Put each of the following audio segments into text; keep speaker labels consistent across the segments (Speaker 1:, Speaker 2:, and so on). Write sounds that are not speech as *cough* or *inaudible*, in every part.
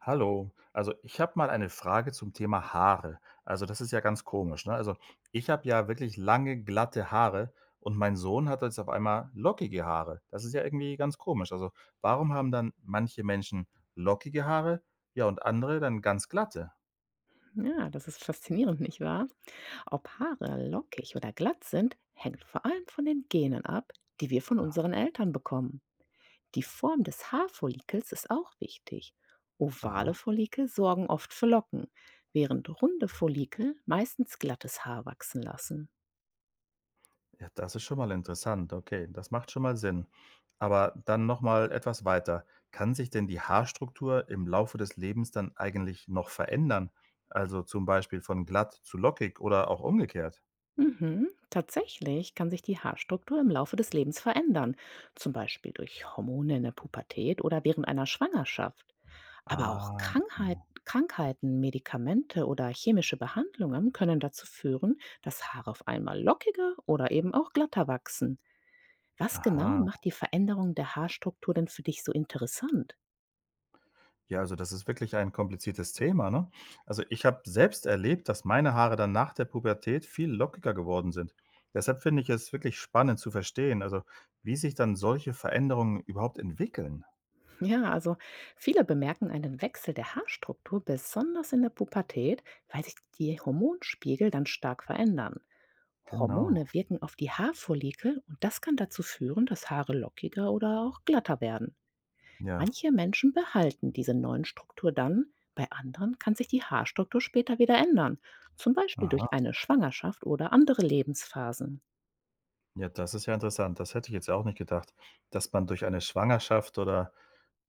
Speaker 1: Hallo, also ich habe mal eine Frage zum Thema Haare. Also das ist ja ganz komisch, ne? Also ich habe ja wirklich lange, glatte Haare und mein Sohn hat jetzt auf einmal lockige Haare. Das ist ja irgendwie ganz komisch. Also warum haben dann manche Menschen lockige Haare, ja, und andere dann ganz glatte?
Speaker 2: Ja, das ist faszinierend, nicht wahr? Ob Haare lockig oder glatt sind, hängt vor allem von den Genen ab, die wir von unseren Eltern bekommen. Die Form des Haarfollikels ist auch wichtig. Ovale
Speaker 1: Aha.
Speaker 2: Follikel sorgen oft für Locken, während runde Follikel meistens glattes Haar wachsen lassen.
Speaker 1: Ja, das ist schon mal interessant. Okay, das macht schon mal Sinn. Aber dann noch mal etwas weiter. Kann sich denn die Haarstruktur im Laufe des Lebens dann eigentlich noch verändern? Also zum Beispiel von glatt zu lockig oder auch umgekehrt?
Speaker 2: Mhm. Tatsächlich kann sich die Haarstruktur im Laufe des Lebens verändern, zum Beispiel durch Hormone in der Pubertät oder während einer Schwangerschaft. Aber auch
Speaker 1: Ah,
Speaker 2: Krankheiten, Medikamente oder chemische Behandlungen können dazu führen, dass Haare auf einmal lockiger oder eben auch glatter wachsen. Was genau
Speaker 1: aha.
Speaker 2: macht die Veränderung der Haarstruktur denn für dich so interessant?
Speaker 1: Ja, also das ist wirklich ein kompliziertes Thema, ne? Also ich habe selbst erlebt, dass meine Haare dann nach der Pubertät viel lockiger geworden sind. Deshalb finde ich es wirklich spannend zu verstehen, also wie sich dann solche Veränderungen überhaupt entwickeln.
Speaker 2: Ja, also viele bemerken einen Wechsel der Haarstruktur besonders in der Pubertät, weil sich die Hormonspiegel dann stark verändern.
Speaker 1: Genau.
Speaker 2: Hormone wirken auf die Haarfollikel und das kann dazu führen, dass Haare lockiger oder auch glatter werden.
Speaker 1: Ja.
Speaker 2: Manche Menschen behalten diese neuen Struktur dann, bei anderen kann sich die Haarstruktur später wieder ändern, zum Beispiel
Speaker 1: Aha,
Speaker 2: durch eine Schwangerschaft oder andere Lebensphasen.
Speaker 1: ja, das ist ja interessant. Das hätte ich jetzt auch nicht gedacht, dass man durch eine Schwangerschaft oder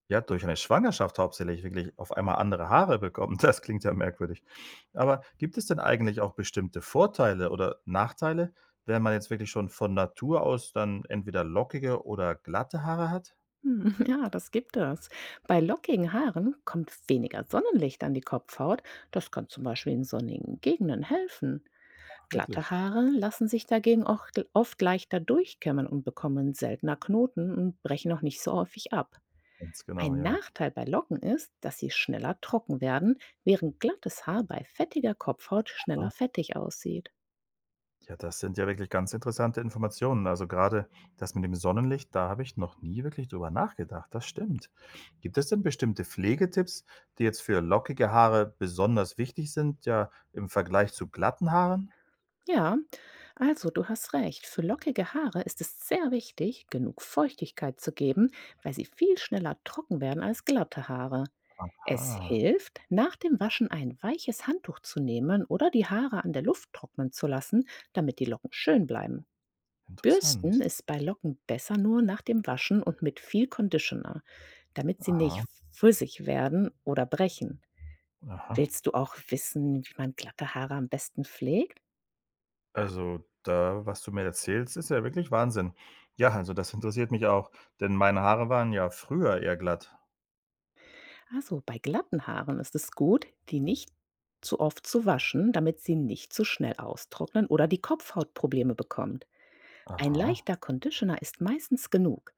Speaker 1: ja, durch eine Schwangerschaft hauptsächlich wirklich auf einmal andere Haare bekommt. *laughs* Das klingt ja merkwürdig. Aber gibt es denn eigentlich auch bestimmte Vorteile oder Nachteile, wenn man jetzt wirklich schon von Natur aus dann entweder lockige oder glatte Haare hat?
Speaker 2: Hm, *laughs* ja, das gibt es. Bei lockigen Haaren kommt weniger Sonnenlicht an die Kopfhaut. Das kann zum Beispiel in sonnigen Gegenden helfen. Glatte
Speaker 1: Wirklich?
Speaker 2: Haare lassen sich dagegen auch oft leichter durchkämmen und bekommen seltener Knoten und brechen auch nicht so häufig ab.
Speaker 1: Ganz genau,
Speaker 2: Ein
Speaker 1: ja.
Speaker 2: Nachteil bei Locken ist, dass sie schneller trocken werden, während glattes Haar bei fettiger Kopfhaut
Speaker 1: Ah.
Speaker 2: schneller fettig aussieht.
Speaker 1: Ja, das sind ja wirklich ganz interessante Informationen. Also gerade das mit dem Sonnenlicht, da habe ich noch nie wirklich drüber nachgedacht. Das stimmt. Gibt es denn bestimmte Pflegetipps, die jetzt für lockige Haare besonders wichtig sind, ja im Vergleich zu glatten Haaren?
Speaker 2: Ja, also du hast recht, für lockige Haare ist es sehr wichtig, genug Feuchtigkeit zu geben, weil sie viel schneller trocken werden als glatte Haare. Es
Speaker 1: Aha,
Speaker 2: hilft, nach dem Waschen ein weiches Handtuch zu nehmen oder die Haare an der Luft trocknen zu lassen, damit die Locken schön bleiben. Bürsten
Speaker 1: interessant.
Speaker 2: ist bei Locken besser nur nach dem Waschen und mit viel Conditioner, damit sie nicht
Speaker 1: Aha,
Speaker 2: flüssig werden oder brechen.
Speaker 1: aha.
Speaker 2: Willst du auch wissen, wie man glatte Haare am besten pflegt?
Speaker 1: Also da, was du mir erzählst, ist ja wirklich Wahnsinn. Ja, also das interessiert mich auch, denn meine Haare waren ja früher eher glatt.
Speaker 2: Also bei glatten Haaren ist es gut, die nicht zu oft zu waschen, damit sie nicht zu schnell austrocknen oder die Kopfhaut Probleme bekommt. Ein
Speaker 1: Aha.
Speaker 2: leichter Conditioner ist meistens genug.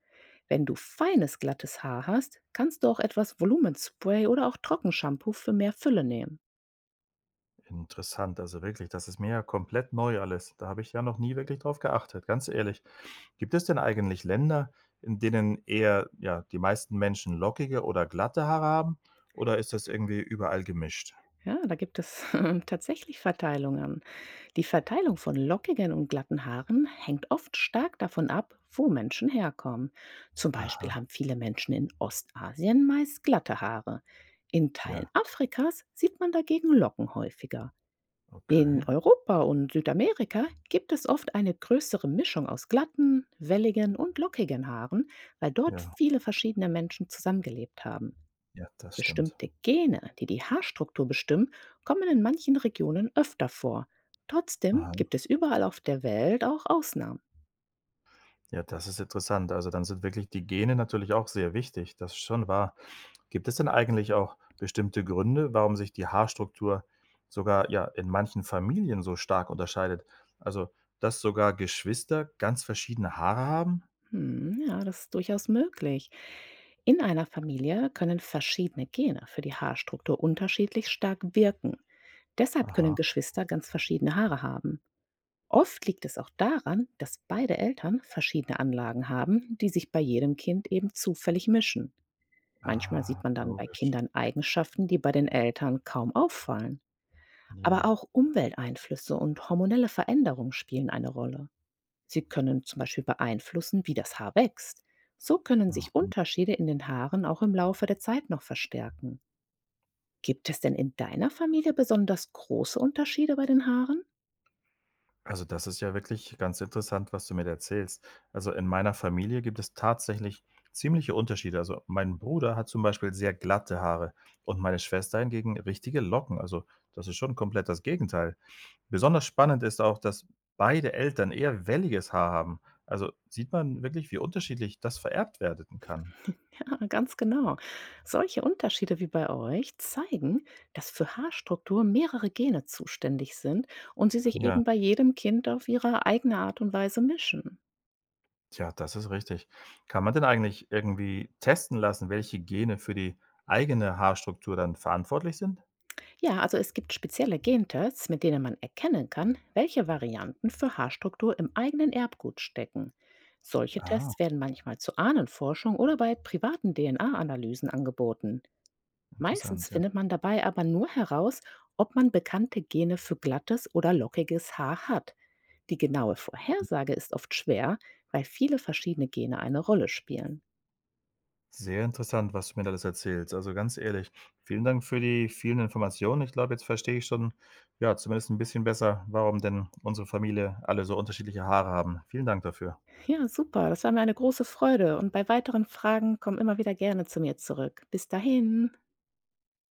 Speaker 2: Wenn du feines glattes Haar hast, kannst du auch etwas Volumenspray oder auch Trockenshampoo für mehr Fülle nehmen.
Speaker 1: Interessant, also wirklich, das ist mir ja komplett neu alles. Da habe ich ja noch nie wirklich drauf geachtet, ganz ehrlich. Gibt es denn eigentlich Länder, in denen eher ja, die meisten Menschen lockige oder glatte Haare haben? Oder ist das irgendwie überall gemischt?
Speaker 2: Ja, da gibt es *laughs* tatsächlich Verteilungen. Die Verteilung von lockigen und glatten Haaren hängt oft stark davon ab, wo Menschen herkommen. Zum
Speaker 1: Aha,
Speaker 2: Beispiel haben viele Menschen in Ostasien meist glatte Haare. In Teilen
Speaker 1: ja,
Speaker 2: Afrikas sieht man dagegen Locken häufiger. In
Speaker 1: okay.
Speaker 2: Europa und Südamerika gibt es oft eine größere Mischung aus glatten, welligen und lockigen Haaren, weil dort
Speaker 1: Ja,
Speaker 2: viele verschiedene Menschen zusammengelebt haben.
Speaker 1: ja, das stimmt.
Speaker 2: Bestimmte Gene, die die Haarstruktur bestimmen, kommen in manchen Regionen öfter vor. Trotzdem
Speaker 1: Aha.
Speaker 2: gibt es überall auf der Welt auch Ausnahmen.
Speaker 1: Ja, das ist interessant. Also dann sind wirklich die Gene natürlich auch sehr wichtig. Das ist schon wahr. Gibt es denn eigentlich auch bestimmte Gründe, warum sich die Haarstruktur sogar, ja, in manchen Familien so stark unterscheidet? Also, dass sogar Geschwister ganz verschiedene Haare haben?
Speaker 2: Hm, ja, das ist durchaus möglich. In einer Familie können verschiedene Gene für die Haarstruktur unterschiedlich stark wirken. Deshalb können
Speaker 1: Aha.
Speaker 2: Geschwister ganz verschiedene Haare haben. Oft liegt es auch daran, dass beide Eltern verschiedene Anlagen haben, die sich bei jedem Kind eben zufällig mischen. Manchmal
Speaker 1: Ah,
Speaker 2: sieht man dann bei
Speaker 1: logisch.
Speaker 2: Kindern Eigenschaften, die bei den Eltern kaum auffallen. Aber
Speaker 1: Ja.
Speaker 2: auch Umwelteinflüsse und hormonelle Veränderungen spielen eine Rolle. Sie können zum Beispiel beeinflussen, wie das Haar wächst. So können sich
Speaker 1: Mhm.
Speaker 2: Unterschiede in den Haaren auch im Laufe der Zeit noch verstärken. Gibt es denn in deiner Familie besonders große Unterschiede bei den Haaren?
Speaker 1: Also, das ist ja wirklich ganz interessant, was du mir da erzählst. Also, in meiner Familie gibt es tatsächlich ziemliche Unterschiede. Also, mein Bruder hat zum Beispiel sehr glatte Haare und meine Schwester hingegen richtige Locken. Also, das ist schon komplett das Gegenteil. Besonders spannend ist auch, dass beide Eltern eher welliges Haar haben. Also sieht man wirklich, wie unterschiedlich das vererbt werden kann.
Speaker 2: *laughs* Ja, ganz genau. Solche Unterschiede wie bei euch zeigen, dass für Haarstruktur mehrere Gene zuständig sind und sie sich
Speaker 1: Ja,
Speaker 2: eben bei jedem Kind auf ihre eigene Art und Weise mischen.
Speaker 1: tja, das ist richtig. Kann man denn eigentlich irgendwie testen lassen, welche Gene für die eigene Haarstruktur dann verantwortlich sind?
Speaker 2: Ja, also es gibt spezielle Gentests, mit denen man erkennen kann, welche Varianten für Haarstruktur im eigenen Erbgut stecken. Solche
Speaker 1: Ah,
Speaker 2: Tests werden manchmal zur Ahnenforschung oder bei privaten DNA-Analysen angeboten. Meistens
Speaker 1: interessant, ja.
Speaker 2: findet man dabei aber nur heraus, ob man bekannte Gene für glattes oder lockiges Haar hat. Die genaue Vorhersage ist oft schwer, weil viele verschiedene Gene eine Rolle spielen.
Speaker 1: Sehr interessant, was du mir da alles erzählst. Also ganz ehrlich, vielen Dank für die vielen Informationen. Ich glaube, jetzt verstehe ich schon, ja, zumindest ein bisschen besser, warum denn unsere Familie alle so unterschiedliche Haare haben. Vielen Dank dafür.
Speaker 2: Ja, super, das war mir eine große Freude und bei weiteren Fragen komm immer wieder gerne zu mir zurück. Bis dahin.